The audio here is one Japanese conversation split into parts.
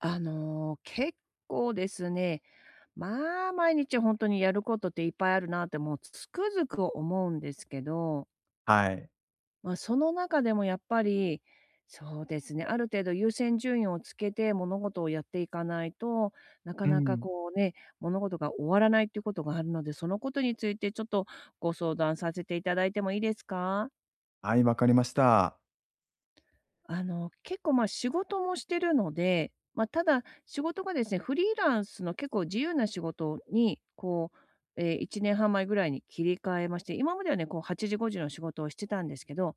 結構ですね、まあ、毎日本当にやることっていっぱいあるなって、もうつくづく思うんですけど、はい。まあ、その中でもやっぱり、そうですね、ある程度優先順位をつけて物事をやっていかないと、なかうなかん。こうね、物事が終わらないっていうことがあるので、そのことについてちょっとご相談させていただいてもいいですか？はい、わかりました。結構、ま、仕事もしてるので、まあ、ただ、仕事がですね、フリーランスの結構自由な仕事に、こう、1年半前ぐらいに切り替えまして、今まではね、こう8時5時の仕事をしてたんですけど、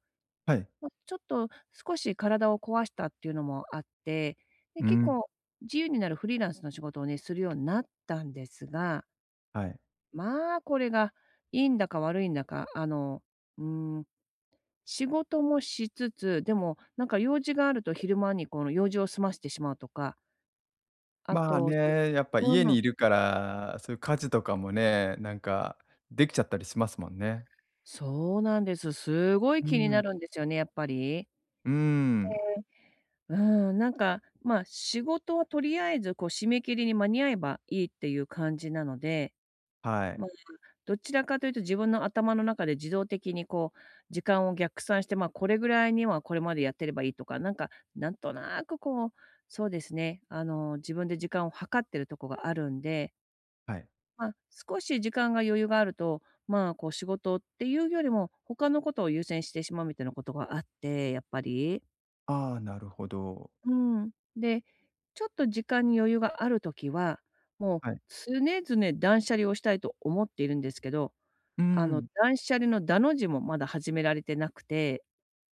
はい。まあ、ちょっと少し体を壊したっていうのもあって、で、う結ん。構自由になるフリーランスの仕事をね、するようになったんですが、はい。まあ、これがいいんだか悪いんだか、うーん、仕事もしつつ、でも、なんか用事があると昼間にこの用事を済ませてしまうとか、あまあと、そう。ね、やっぱう家ん、にいるから、そういう家事とかもね、なんかできちゃったりしますもんね。そうなんです。すごいう気にん。なるんですよね、やっぱり。うーん、うん、なんか、まあ、仕事はとりあえずこう締め切りに間に合えばいいっていう感じなので、はい、まあ、どちらかというと自分の頭の中で自動的にこう、時間を逆算して、まあ、これぐらいにはこれまでやってればいいとか、なんか、なんとなくこう、そうですね、自分で時間を計ってるとこがあるんで、はい。まあ、少し時間が余裕があると、まあ、こう仕事っていうよりも、他のことを優先してしまうみたいなことがあって、やっぱり。ああ、なるほど。うん。で、ちょっと時間に余裕があるときは、もうはい。常々断捨離をしたいと思っているんですけど、うん。断捨離のダの字もまだ始められてなくて。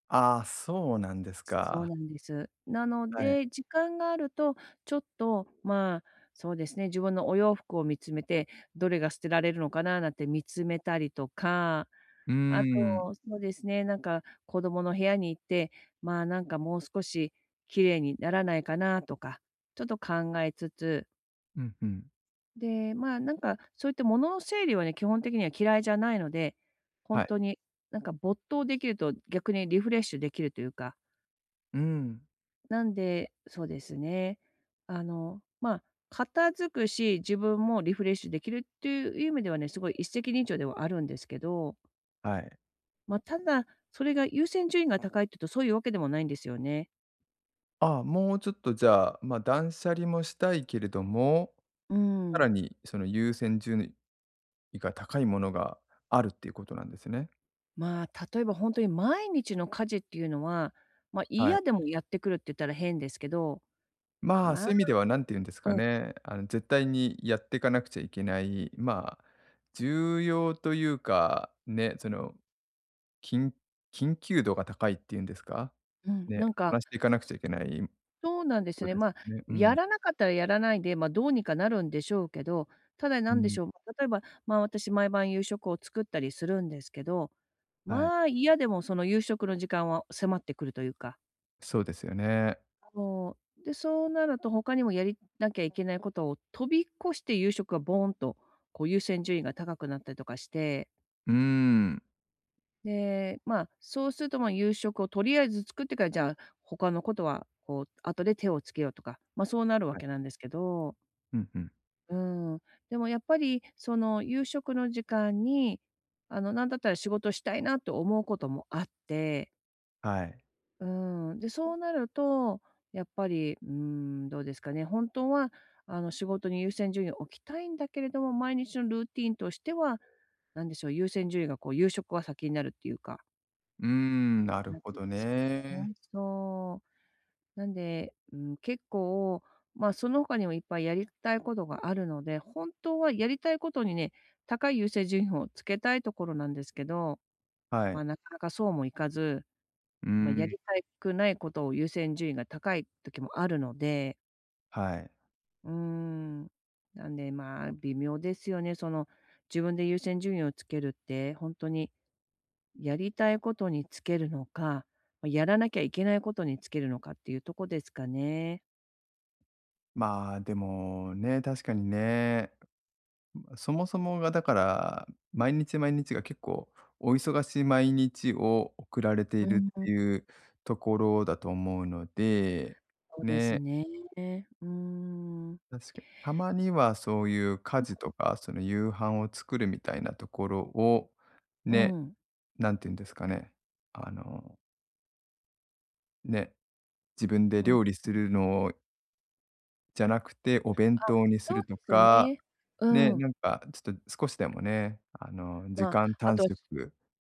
ああ、そうなんですそうか。なんです。なのはい。で、時間があると、ちょっと、まあ、そうですね、自分のお洋服を見つめて、どれが捨てられるのかななんて見つめたりとか、うーあと、ん、そうですね、なんか子供の部屋に行って、まあ、なんかもう少し綺麗にならないかなとか、ちょっと考えつつ。うんうん。で、まあ、なんか、そういった物の整理はね、基本的には嫌いじゃないので、ほんはい。とに、なんか没頭できると逆にリフレッシュできるというか、うん、なんで、そうですね、まあ、片付くし、自分もリフレッシュできるっていう意味ではね、すごい一石二鳥ではあるんですけど、はい。まあ、ただ、それが優先順位が高いっていうと、そういうわけでもないんですよね。ああ、もうちょっとじゃあ、まあ、断捨離もしたいけれども、うさらん。にその優先順いが高いものがあるっていうことなんですね。まあ、例えばほんとに毎日の家事っていうのは、まあ、はい。嫌でもやってくるって言ったら変ですけど、まあ、まあ、うそういう意味ん。ではなんて言うんですかね、絶対にやっていかなくちゃいけない、まあ、重要というか、ね、その緊、緊急度が高いっていうんですか、うん、ね、なんこか、なしていかなくちゃいけないそうなんですことね。ですまあ、よね。うやん。らなかったらやらないで、まあ、どうにかなるんでしょうけど、ただうなんでん。しょう、例えば、まあ、私毎晩夕食を作ったりするんですけど、はい。まあ、嫌でもその夕食の時間は迫ってくるというか、そうですよね。そう。で、そうなると他にもやりなきゃいけないことを飛び越して夕食がボーンとこう優先順位が高くなったりとかして。うーん。で、まあ、そうすると、まあ、夕食をとりあえず作ってから、じゃあ、他のことは、こう、後で手をつけようとか、まあ、そうなるわはい。けなんですけど、うんうん。うん。でもやっぱり、その、夕食の時間に、なんだったら仕事したいなと思うこともあって、はい。うん。で、そうなると、やっぱり、うん、どうですかね、本当は、仕事に優先順位を置きたいんだけれども、毎日のルーティンとしては、なんでしょう、優先順位が、こう、夕食が先になるっていうか。うーん、なるなっちほゃうんどですよね。ね。そう。なんで、うん、結構、まあ、その他にもいっぱいやりたいことがあるので、本当はやりたいことにね、高い優先順位をつけたいところなんですけど、はまい。あ、なかなかそうもいかず、うーまあ、やん、りたくないことを優先順位が高い時もあるので、はい。うーん。なんで、まあ、微妙ですよね。その、自分で優先順位をつけるって、本当にやりたいことにつけるのか、ま、やらなきゃいけないことにつけるのかっていうとこですかね。まあ、でもね、確かにね。そもそもがだから、毎日毎日が結構お忙しい毎日を送られていうるん、っていうところだと思うので、そうですね、ね。うーん。確かにたまにはそういう家事とか、その夕飯を作るみたいなところを、うね、ん、なんていうんですかね、あの、ね、自分でうん。料理するのじゃなくてお弁あ、当にすそうるとですか、ね。ね、うん。なんかちょっと少しでもね、時まあ、間あ短と、縮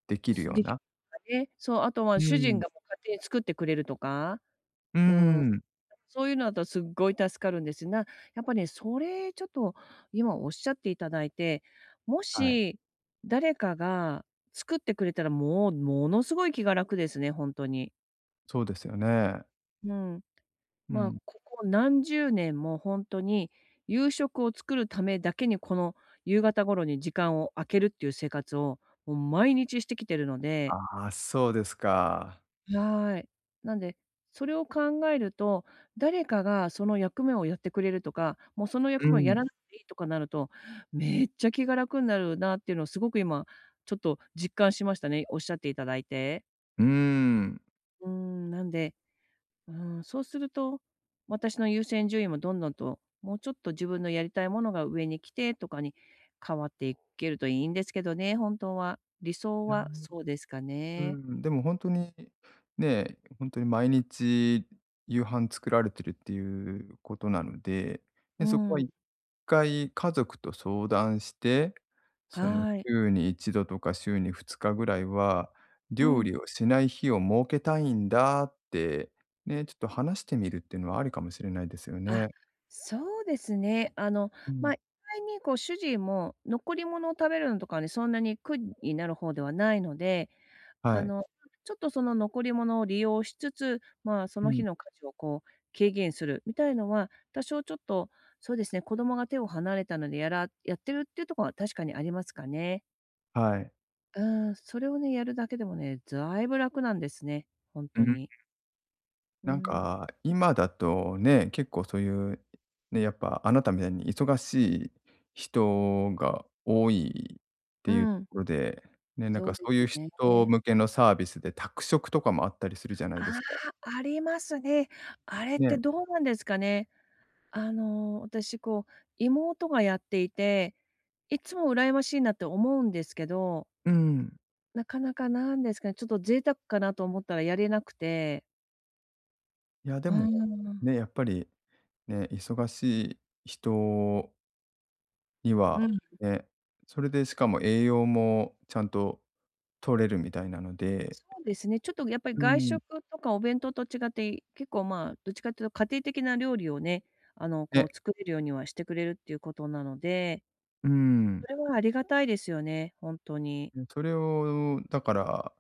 できるすようでき な ね、そう、あとはう主人ん。がもう勝手に作ってくれるとか、ううん。ん。そういうのだとすっごい助かるんですな。やっぱね、それちょっと今おっしゃっていただいて、もはい。し誰かが作ってくれたらもうものすごい気が楽ですね、本当に。そうですよね。うん。うまあ、ん。ここ何十年も本当に夕食を作るためだけに、この夕方頃に時間を空けるっていう生活を、もう毎日してきてるので。ああ、そうですか。はい。なんで、それを考えると、誰かがその役目をやってくれるとか、もうそのう役目をやん。らなくていいとかなると、めっちゃ気が楽になるなっていうのをすごく今、ちょっと実感しましたね、おっしゃっていただいて。うーん。なんで、そうすると、私の優先順位もどんどんと、もうちょっと自分のやりたいものが上に来てとかに変わっていけるといいんですけどね、本当は。理想いや、はそうですかうね。ん、でもほんとに、ね、ほんとに毎日夕飯作られてるっていうことなので、うね、そこはん、一回家族と相談して、そのはい。週に一度とか週に二日ぐらいは、う料ん。理をしない日を設けたいんだって、ね、ちょっと話してみるっていうのはありかもしれないですよあ、ね。そうですね。うまん。あ、意外にこう主人も残り物を食べるのとかにそんなに苦になる方ではないので、はあい。の、ちょっとその残り物を利用しつつ、まあ、そうの日ん。の価値をこう軽減するみたいのは、多少ちょっと、そうですね、子供が手を離れたのでやってるっていうところは確かにありますかね。はい。うん、それをね、やるだけでもね、だいぶ楽なんですね、本う当ん。に。うなんん、か、今だとね、結構そういう、ね、やっぱあなたみたいに忙しい人が多いってういうとん、ころで、ね、なんそかうそでういすうね。人向けのサービスで宅食とかもあったりするじゃないあですか。あ、ありますね。あれっね。てどうなんですかね。私こう、妹がやっていて、いつも羨ましいなって思うんですけど、うん。なかなかなんですかね、ちょっと贅沢かなと思ったらやれなくて。いやでうーも、ん。ね、やっぱりね、忙しい人にうは、ん、ね、それでしかも栄養もちゃんと取れるみたいなので、そうですね。ちょっとやっぱりう外ん。食とかお弁当と違って、結構まあ、どっちかっていうと家庭的な料理をね、こね、う作れるようにはしてくれるっていうことなので、うん。それはありがたいですよね、本当に。うん、それを、だから、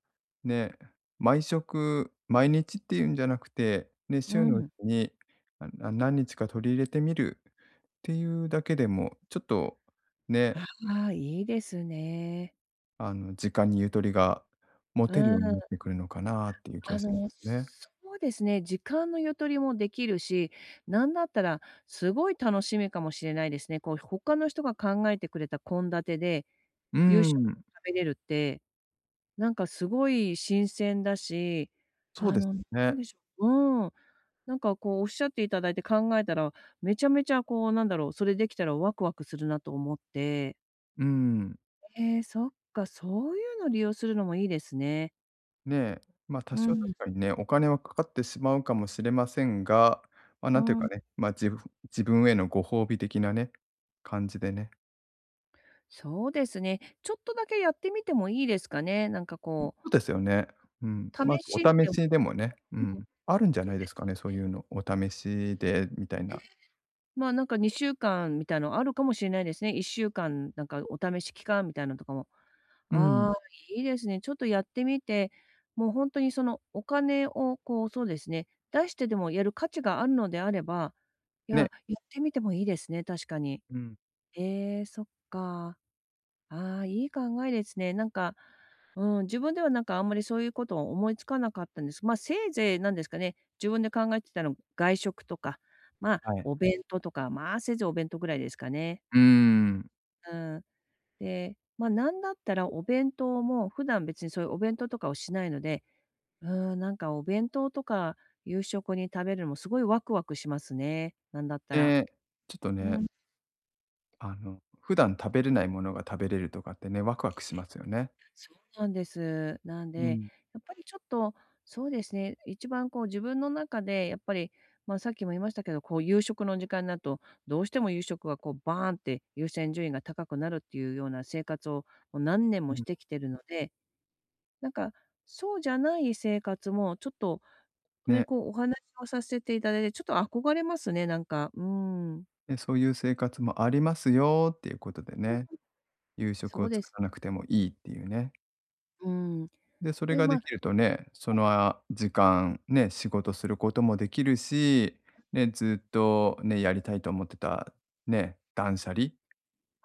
ね、毎食、毎日っていうんじゃなくて、ね、う週のうちん。に、ああ、何日か取り入れてみるっていうだけでも、ちょっとね、ああ、いいですね。時間にゆとりが持うてるようになっん。てくるのかなっていう気はしますね。そうですね、時間のゆとりもできるし、なんだったらすごい楽しみかもしれないですね。こう他の人が考えてくれた献立で、う夕食をん、食べれるって、なんかすごい新鮮だし、そうですなよんね。でしょう、うん、なんかこうおっしゃっていただいて考えたら、めちゃめちゃこうなんだろう、それできたらワクワクするなと思って。うん、ええ、そっか、そういうの利用するのもいいですね。ね、ま、多う少ん。確かにね、お金はかかってしまうかもしれませんが、ま、なうんていうかん、ね、ま、自分へのご褒美的なね、感じでねそうですね。ちょっとだけやってみてもいいですかね。なんかそこう、うですよね。うん。まあ、試おしに試でも、しでもね、うん。うん、あるんじゃないですかね、そういうの。お試しでみたいな。まあなんか2週間みたいのあるかもしれないですね。1週間なんかお試し期間みたいなのとかも。うん。ああ、いいですね。ちょっとやってみて、もう本当にそのお金をこう、そうですね、出してでもやる価値があるのであれば、いや、ね。やってみてもいいですね、確かに。うん。ええ、そっか。ああ、いい考えですね。なんか、うん、自分ではなんかあんまりそういうことを思いつかなかったんです。まあ、せいぜいなんですかね、自分で考えてたの、外食とか、まあ、はい。お弁当とか、まあ、せいぜいお弁当ぐらいですかね。うーん。うん。で、まあ、なんだったらお弁当も、普段別にそういうお弁当とかをしないので、うん、なんかお弁当とか夕食に食べるのもすごいワクワクしますね。なんだったら。で、ちょっとうね、ん。普段食べれないものが食べれるとかってね、ワクワクしますよね。そうなんです。なんうで、ん。やっぱりちょっと、そうですね、一番こう自分の中でやっぱり、まあ、さっきも言いましたけど、こう夕食の時間になると、どうしても夕食がこうバーンって優先順位が高くなるっていうような生活をもう何年うもしん。てきてるので、なんかそうじゃない生活もちょっとね、ね。こうお話をさせていただいて、ちょっと憧れますね、なんか。うーん、で、そういう生活もありますよっていうことでね、夕食そをう作です。らなくてもいいっていうね。うん。で、それで、がまであきるとね、その、あ、時間、ね、仕事することもできるし、ね、ずっとね、やりたいと思ってた、ね、断捨離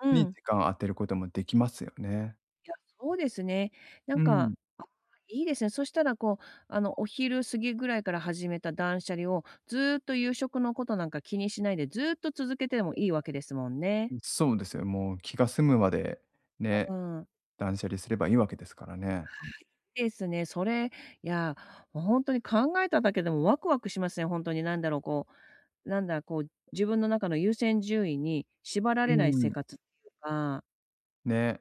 うにん。時間を当てることもできますよね。いや、そうですね。なうんん、か、あ、いいですね。そしたらこう、お昼過ぎぐらいから始めた断捨離を、ずーっと夕食のことなんか気にしないで、ずーっと続けてもいいわけですもんね。そうですよ。もう気が済むまで、うね、ん。断捨離すればいいわけですからね。ですね。それ、いや、もう本当に考えただけでもワクワクしますね。本当になんだろう、こう、なんだ、こう、自分の中の優先順位に縛られうない生ん、活っていうか、ね、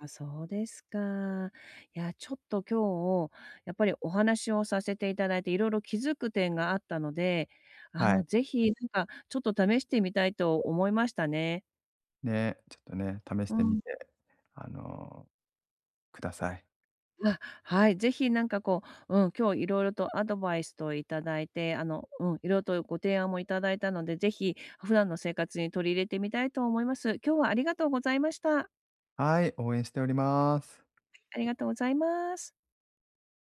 あ、そうですか。いや、ちょっと今日、やっぱりお話をさせていただいて、いろいろ気づく点があったので、はい、ぜひ、なんか、ちょっと試してみたいと思いましたね。ね、ちょっとね、試しうてみん。て、あの、ください。あ、はい、ぜひなんかこう、うん、今日いろいろとアドバイスといただいて、うん、いろいろとご提案もいただいたので、ぜひ普段の生活に取り入れてみたいと思います。今日はありがとうございました。はい、応援しております。ありがとうございます。